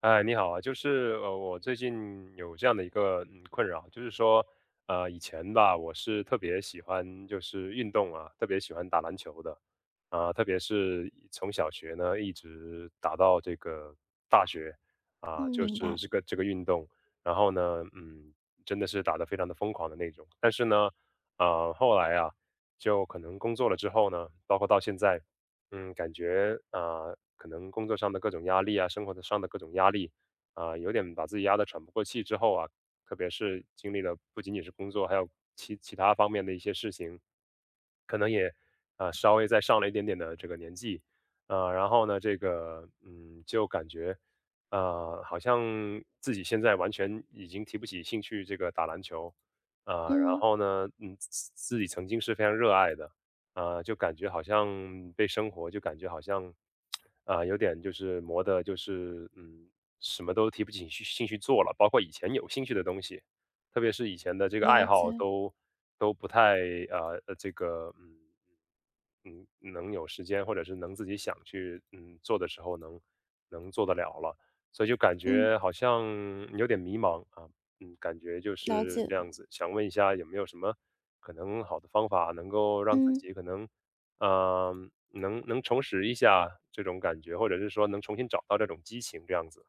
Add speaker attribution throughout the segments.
Speaker 1: 哎，你好啊，就是我最近有这样的一个困扰，就是说，以前吧，我是特别喜欢就是运动啊，特别喜欢打篮球的，啊、特别是一从小学呢一直打到这个大学，啊、
Speaker 2: 嗯，
Speaker 1: 就
Speaker 2: 明
Speaker 1: 是
Speaker 2: 白。
Speaker 1: 这个运动，然后呢，真的是打得非常的疯狂的那种。但是呢，后来啊，就可能工作了之后呢，包括到现在。感觉啊、可能工作上的各种压力啊，生活的上的各种压力啊、有点把自己压得喘不过气之后啊，特别是经历了不仅仅是工作，还有其他方面的一些事情，可能也啊、稍微再上了一点点的这个年纪，啊、然后呢，这个就感觉啊、好像自己现在完全已经提不起兴趣这个打篮球啊、然
Speaker 2: 嗯，
Speaker 1: 后呢，自己曾经是非常热爱的。啊，就感觉好像被生活就感觉好像，啊、有点就是磨的，就是什么都提不起兴趣做了，包括以前有兴趣的东西，特别是以前的这个
Speaker 2: 了
Speaker 1: 爱好
Speaker 2: 解。
Speaker 1: 都不太啊，这个。嗯，能有时间，或者是能自己想去做的时候能做得了，所以就感
Speaker 2: 嗯，
Speaker 1: 觉好像有点迷茫啊，感觉就
Speaker 2: 了
Speaker 1: 是
Speaker 2: 解。
Speaker 1: 这样子。想问一下有没有什么可能好的方法，能够让自
Speaker 2: 嗯，
Speaker 1: 己可能能重拾一下这种感觉，或者是说能重新找到这种激情这样子？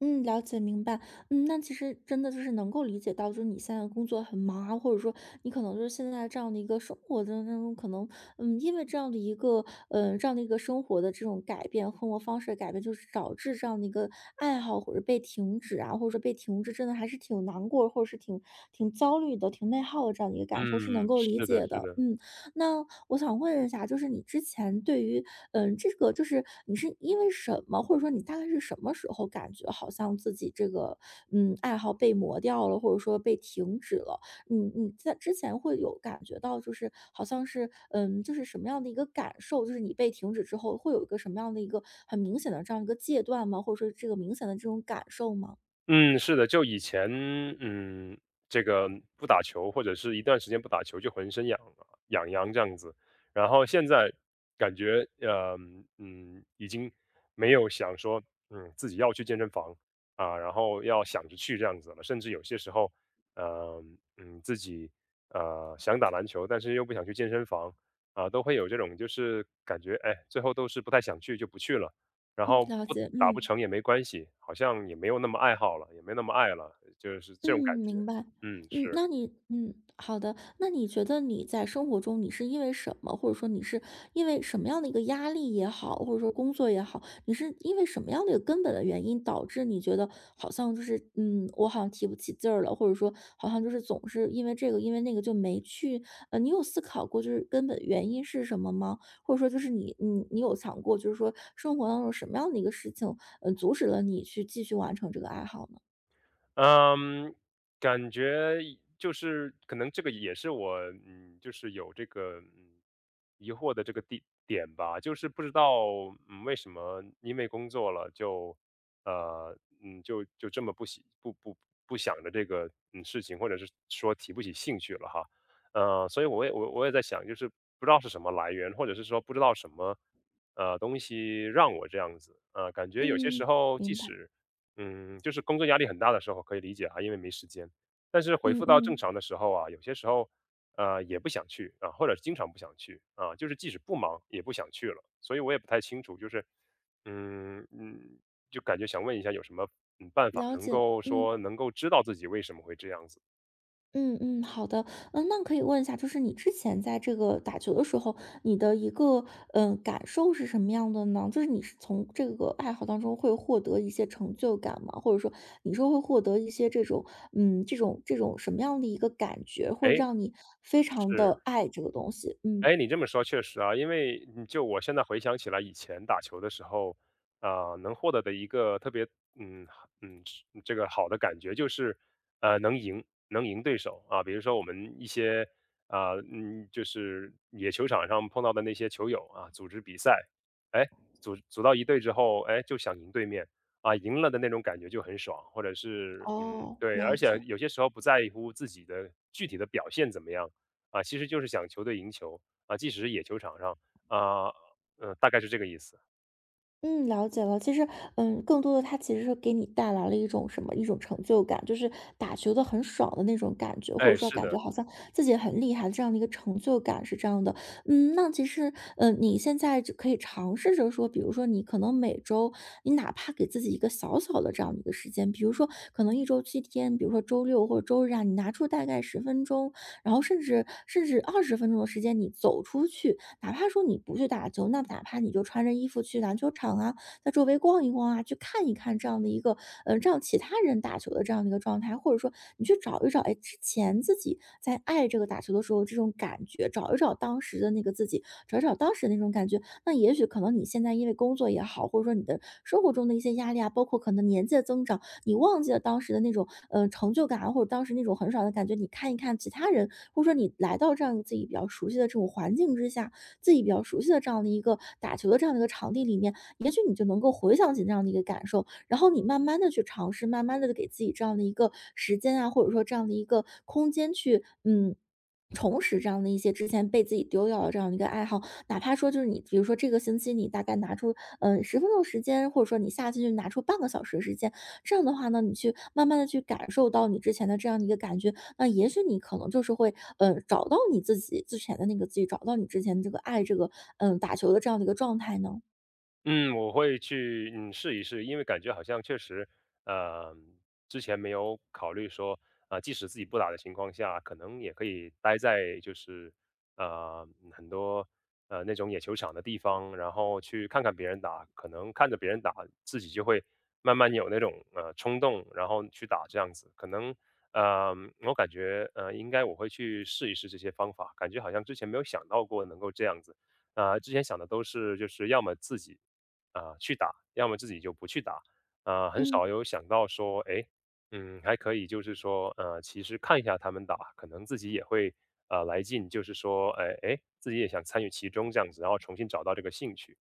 Speaker 2: 嗯，了解，明白。那其实真的就是能够理解到，就是你现在工作很忙啊，或者说你可能就是现在这样的一个生活当中，可能因为这样的一个生活的这种改变，生活方式的改变，就是导致这样的一个爱好或者被停止啊，或者说被停滞，真的还是挺难过，或者是挺焦虑的、挺内耗的这样的一个感受，是能
Speaker 1: 嗯，
Speaker 2: 够理
Speaker 1: 是的，
Speaker 2: 解
Speaker 1: 是
Speaker 2: 的。
Speaker 1: 的。
Speaker 2: 嗯。那我想问一下，就是你之前对于，这个就是你是因为什么，或者说你大概是什么时候感觉好像自己这个，爱好被磨掉了，或者说被停止了？你在之前会有感觉到，就是好像是，就是什么样的一个感受？就是你被停止之后，会有一个什么样的一个很明显的这样一个阶段吗？或者说这个明显的这种感受吗？
Speaker 1: 嗯，是的，就以前，嗯，这个不打球，或者是一段时间不打球，就浑身痒啊痒痒这样子。然后现在感觉，已经没有想说，自己要去健身房啊，然后要想着去这样子了。甚至有些时候，呃，自己想打篮球，但是又不想去健身房啊，都会有这种，就是感觉，哎，最后都是不太想去，就不去了。然后
Speaker 2: 了
Speaker 1: 不
Speaker 2: 解，
Speaker 1: 打不
Speaker 2: 嗯，
Speaker 1: 成也没关系，好像也没有那么爱好了，也没那么爱了，就是
Speaker 2: 嗯，
Speaker 1: 这种感觉。
Speaker 2: 明白。
Speaker 1: 嗯，是。
Speaker 2: 那你好的。那你觉得你在生活中，你是因为什么，或者说你是因为什么样的一个压力也好，或者说工作也好，你是因为什么样的一个根本的原因，导致你觉得好像就是我好像提不起劲儿了，或者说好像就是总是因为这个因为那个就没去。你有思考过就是根本原因是什么吗？或者说就是你有想过，就是说生活当中什么样的一个事情，阻止了你去继续完成这个爱好呢？
Speaker 1: 嗯，感觉一就是可能这个也是我，就是有这个疑惑的这个地点吧，就是不知道为什么因为工作了就呃就这么不喜不不不想着这个事情，或者是说提不起兴趣了哈，所以我也在想，就是不知道是什么来源，或者是说不知道什么东西让我这样子，感觉有些时
Speaker 2: 嗯，
Speaker 1: 候即
Speaker 2: 明白。
Speaker 1: 使。嗯，就是工作压力很大的时候可以理解啊，因为没时间。但是回
Speaker 2: 嗯
Speaker 1: 复到正
Speaker 2: 嗯，
Speaker 1: 常的时候啊，有些时候，也不想去啊，或者经常不想去啊，就是即使不忙也不想去了。所以我也不太清楚，就是，嗯嗯，就感觉想问一下有什么办法
Speaker 2: 了
Speaker 1: 能
Speaker 2: 解，
Speaker 1: 够
Speaker 2: 嗯
Speaker 1: 说能够知道自己为什么会这样子？
Speaker 2: 嗯嗯，好的，那可以问一下，就是你之前在这个打球的时候，你的一个感受是什么样的呢？就是你是从这个爱好当中会获得一些成就感吗？或者说你说会获得一些这种嗯这种这种什么样的一个感觉，会
Speaker 1: 哎，
Speaker 2: 让你非常
Speaker 1: 是
Speaker 2: 的爱这个东西？嗯，
Speaker 1: 哎，你这么说确实啊，因为就我现在回想起来，以前打球的时候，啊、能获得的一个特别嗯嗯这个好的感觉就是，能赢对手啊。比如说我们一些啊、就是野球场上碰到的那些球友啊，组织比赛，哎，组到一队之后，哎，就想赢对面啊，赢了的那种感觉就很爽，或者是
Speaker 2: 哦，
Speaker 1: 对，
Speaker 2: 了
Speaker 1: 而且
Speaker 2: 解。
Speaker 1: 有些时候不在乎自己的具体的表现怎么样。啊，其实就是想球队赢球，啊，即使是野球场上，啊，大概是这个意思。
Speaker 2: 嗯，了解了。其实，更多的它其实是给你带来了一种什么？一种成就感，就是打球的很爽的那种感觉，或者
Speaker 1: 哎，
Speaker 2: 说
Speaker 1: 是
Speaker 2: 感觉
Speaker 1: 的。
Speaker 2: 好像自己很厉害这样的一个成就感是这样的。那其实，你现在就可以尝试着说，比如说你可能每周，你哪怕给自己一个小小的这样的一个时间，比如说可能1周7天，比如说周六或者周日啊，你拿出大概十分钟，然后甚至二十分钟的时间你走出去，哪怕说你不去打球，那哪怕你就穿着衣服去篮球场啊，在周围逛一逛啊，去看一看这样的一个，让其他人打球的这样的一个状态，或者说你去找一找，哎，之前自己在爱这个打球的时候这种感觉，找一找当时的那个自己，找一找当时的那种感觉。那也许可能你现在因为工作也好，或者说你的生活中的一些压力啊，包括可能年纪的增长，你忘记了当时的那种，成就感啊，或者当时那种很爽的感觉。你看一看其他人，或者说你来到这样自己比较熟悉的这种环境之下，自己比较熟悉的这样的一个打球的这样的一个场地里面，也许你就能够回想起那样的一个感受，然后你慢慢的去尝试，慢慢的给自己这样的一个时间啊，或者说这样的一个空间去，重拾这样的一些之前被自己丢掉的这样的一个爱好。哪怕说就是你比如说这个星期你大概拿出，10分钟时间，或者说你下次就拿出半个小时的时间，这样的话呢，你去慢慢的去感受到你之前的这样的一个感觉，那也许你可能就是会，找到你自己之前的那个自己，找到你之前这个爱这个，打球的这样的一个状态呢。
Speaker 1: 嗯，我会去试一试，因为感觉好像确实，呃，之前没有考虑说，啊、即使自己不打的情况下，可能也可以待在就是很多那种野球场的地方，然后去看看别人打，可能看着别人打，自己就会慢慢有那种冲动，然后去打这样子。可能呃，我感觉应该我会去试一试这些方法，感觉好像之前没有想到过能够这样子。啊，之前想的都是就是要么自己啊、去打，要么自己就不去打，啊，很
Speaker 2: 嗯。
Speaker 1: 少有想到说，哎，还可以就是说，其实看一下他们打，可能自己也会啊来劲，就是说，哎哎，自己也想参与其中这样子，然后重新找到这个兴趣，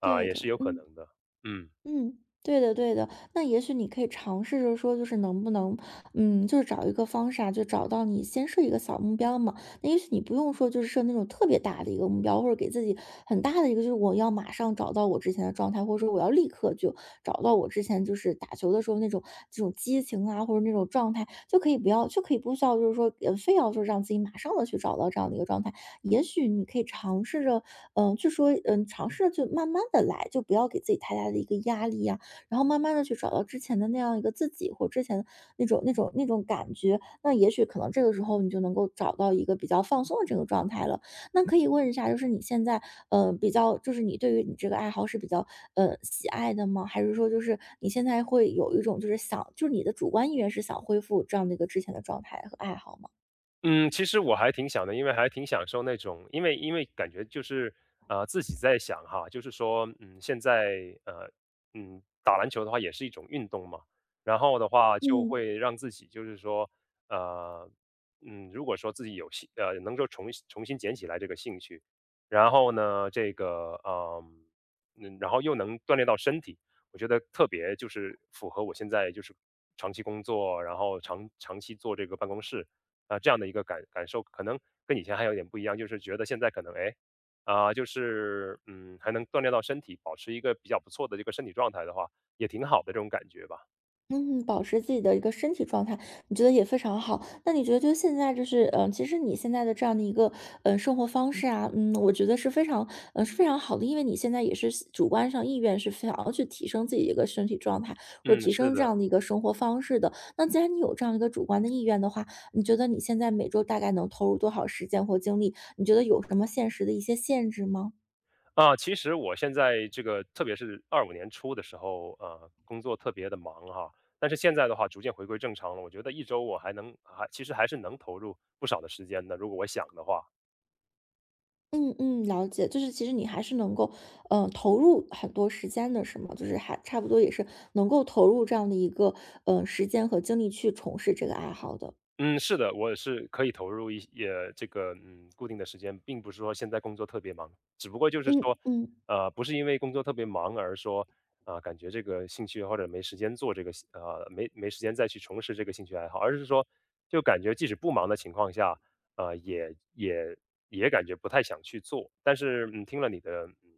Speaker 1: 啊、
Speaker 2: 对
Speaker 1: 也
Speaker 2: 的，
Speaker 1: 是有可
Speaker 2: 嗯
Speaker 1: 能的，嗯。
Speaker 2: 嗯，对的对的。那也许你可以尝试着说，就是能不能，就是找一个方式啊，就找到你先设一个小目标嘛。那也许你不用说，就是设那种特别大的一个目标，或者给自己很大的一个，就是我要马上找到我之前的状态，或者说我要立刻就找到我之前就是打球的时候那种这种激情啊，或者那种状态，就可以不要，就可以不需要，就是说非要说让自己马上的去找到这样的一个状态。也许你可以尝试着就说，尝试着去慢慢的来，就不要给自己太大的一个压力呀，然后慢慢的去找到之前的那样一个自己，或之前的那种感觉，那也许可能这个时候你就能够找到一个比较放松的这个状态了。那可以问一下，就是你现在，比较就是你对于你这个爱好是比较，喜爱的吗？还是说就是你现在会有一种就是想就是你的主观意愿是想恢复这样的一个之前的状态和爱好吗？
Speaker 1: 嗯，其实我还挺想的，因为还挺享受那种，因为感觉就是自己在想哈，就是说，现在打篮球的话也是一种运动嘛，然后的话就
Speaker 2: 嗯。
Speaker 1: 会让自己就是说，呃，如果说自己能够重新捡起来这个兴趣，然后呢，这个然后又能锻炼到身体，我觉得特别就是符合我现在就是长期工作，然后长期做这个办公室。啊，这样的一个感受，可能跟以前还有点不一样，就是觉得现在可能，哎，啊、就是，还能锻炼到身体，保持一个比较不错的这个身体状态的话，也挺好的这种感觉吧。
Speaker 2: 嗯，保持自己的一个身体状态，你觉得也非常好。那你觉得就现在就是，其实你现在的这样的一个，生活方式啊，我觉得是非常，是非常好的，因为你现在也是主观上意愿是想要去提升自己的一个身体状态，或者
Speaker 1: 嗯，
Speaker 2: 提
Speaker 1: 是
Speaker 2: 升这
Speaker 1: 的，
Speaker 2: 样的一个生活方式的。那既然你有这样一个主观的意愿的话，你觉得你现在每周大概能投入多少时间或精力？你觉得有什么现实的一些限制吗？
Speaker 1: 啊，其实我现在这个，特别是25年初的时候，工作特别的忙哈，但是现在的话，逐渐回归正常了。我觉得1周我还能，还其实还是能投入不少的时间的，如果我想的话。
Speaker 2: 嗯嗯，了解，就是其实你还是能够，投入很多时间的，是吗？就是还差不多也是能够投入这样的一个，时间和精力去从事这个爱好的。
Speaker 1: 嗯，是的，我是可以投入这个固定的时间，并不是说现在工作特别忙，只不过就是
Speaker 2: 嗯
Speaker 1: 说，
Speaker 2: 嗯
Speaker 1: 不是因为工作特别忙而说啊、感觉这个兴趣或者没时间做这个兴呃没没时间再去重拾这个兴趣爱好，而是说就感觉即使不忙的情况下，呃，也也也感觉不太想去做。但是听了你的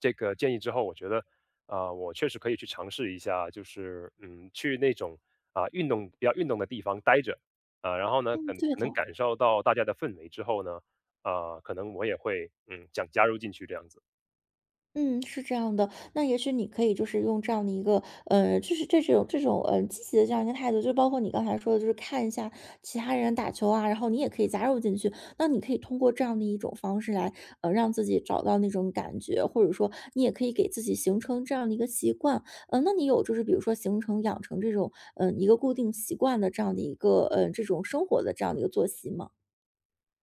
Speaker 1: 这个建议之后，我觉得啊、我确实可以去尝试一下，就是去那种啊、运动比较运动的地方待着。然后呢，
Speaker 2: 嗯，
Speaker 1: 可
Speaker 2: 对
Speaker 1: 可能
Speaker 2: 的。
Speaker 1: 感受到大家的氛围之后呢，可能我也会，想加入进去这样子。
Speaker 2: 嗯，是这样的，那也许你可以就是用这样的一个，就是这种，积极的这样一个态度，就包括你刚才说的，就是看一下其他人打球啊，然后你也可以加入进去。那你可以通过这样的一种方式来，让自己找到那种感觉，或者说你也可以给自己形成这样的一个习惯。那你有就是比如说形成养成这种，一个固定习惯的这样的一个，这种生活的这样的一个作息吗？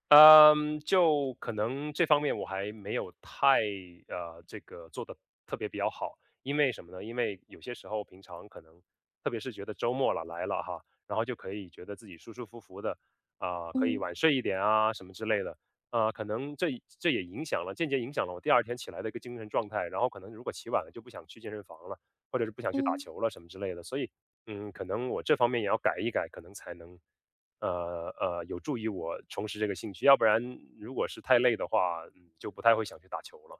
Speaker 1: 嗯，就可能这方面我还没有太这个做的特别比较好。因为什么呢？因为有些时候平常可能，特别是觉得周末了来了哈，然后就可以觉得自己舒舒服服的啊、可以
Speaker 2: 嗯
Speaker 1: 晚睡一点啊什么之类的。啊、可能这也影响了，间接影响了我第二天起来的一个精神状态。然后可能如果起晚了就不想去健身房了，或者是不想去打
Speaker 2: 嗯。
Speaker 1: 球了什么之类的。所以，可能我这方面也要改一改，可能才能有助于我重拾这个兴趣，要不然如果是太累的话，就不太会想去打球了。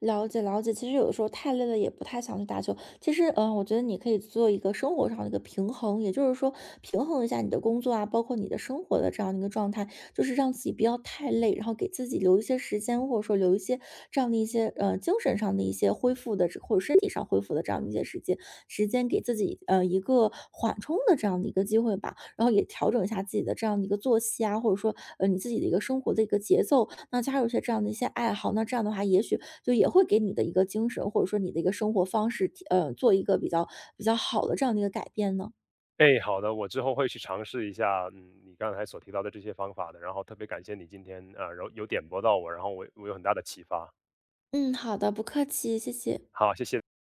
Speaker 2: 了解了解，其实有的时候太累了，也不太想去打球。其实，我觉得你可以做一个生活上的一个平衡，也就是说，平衡一下你的工作啊，包括你的生活的这样的一个状态，就是让自己不要太累，然后给自己留一些时间，或者说留一些这样的一些精神上的一些恢复的，或者身体上恢复的这样的一些时间，给自己一个缓冲的这样的一个机会吧。然后也调整一下自己的这样的一个作息啊，或者说，你自己的一个生活的一个节奏，那加入一些这样的一些爱好，那这样的话，也许就也会给你的一个精神，或者说你的一个生活方式，做一个比较好的这样的一个改变呢。
Speaker 1: 哎，好的，我之后会去尝试一下，你刚才所提到的这些方法的，然后特别感谢你今天啊，然后有点拨到我，然后我有很大的启发，
Speaker 2: 嗯，好的，不客气，谢谢。
Speaker 1: 好，谢谢。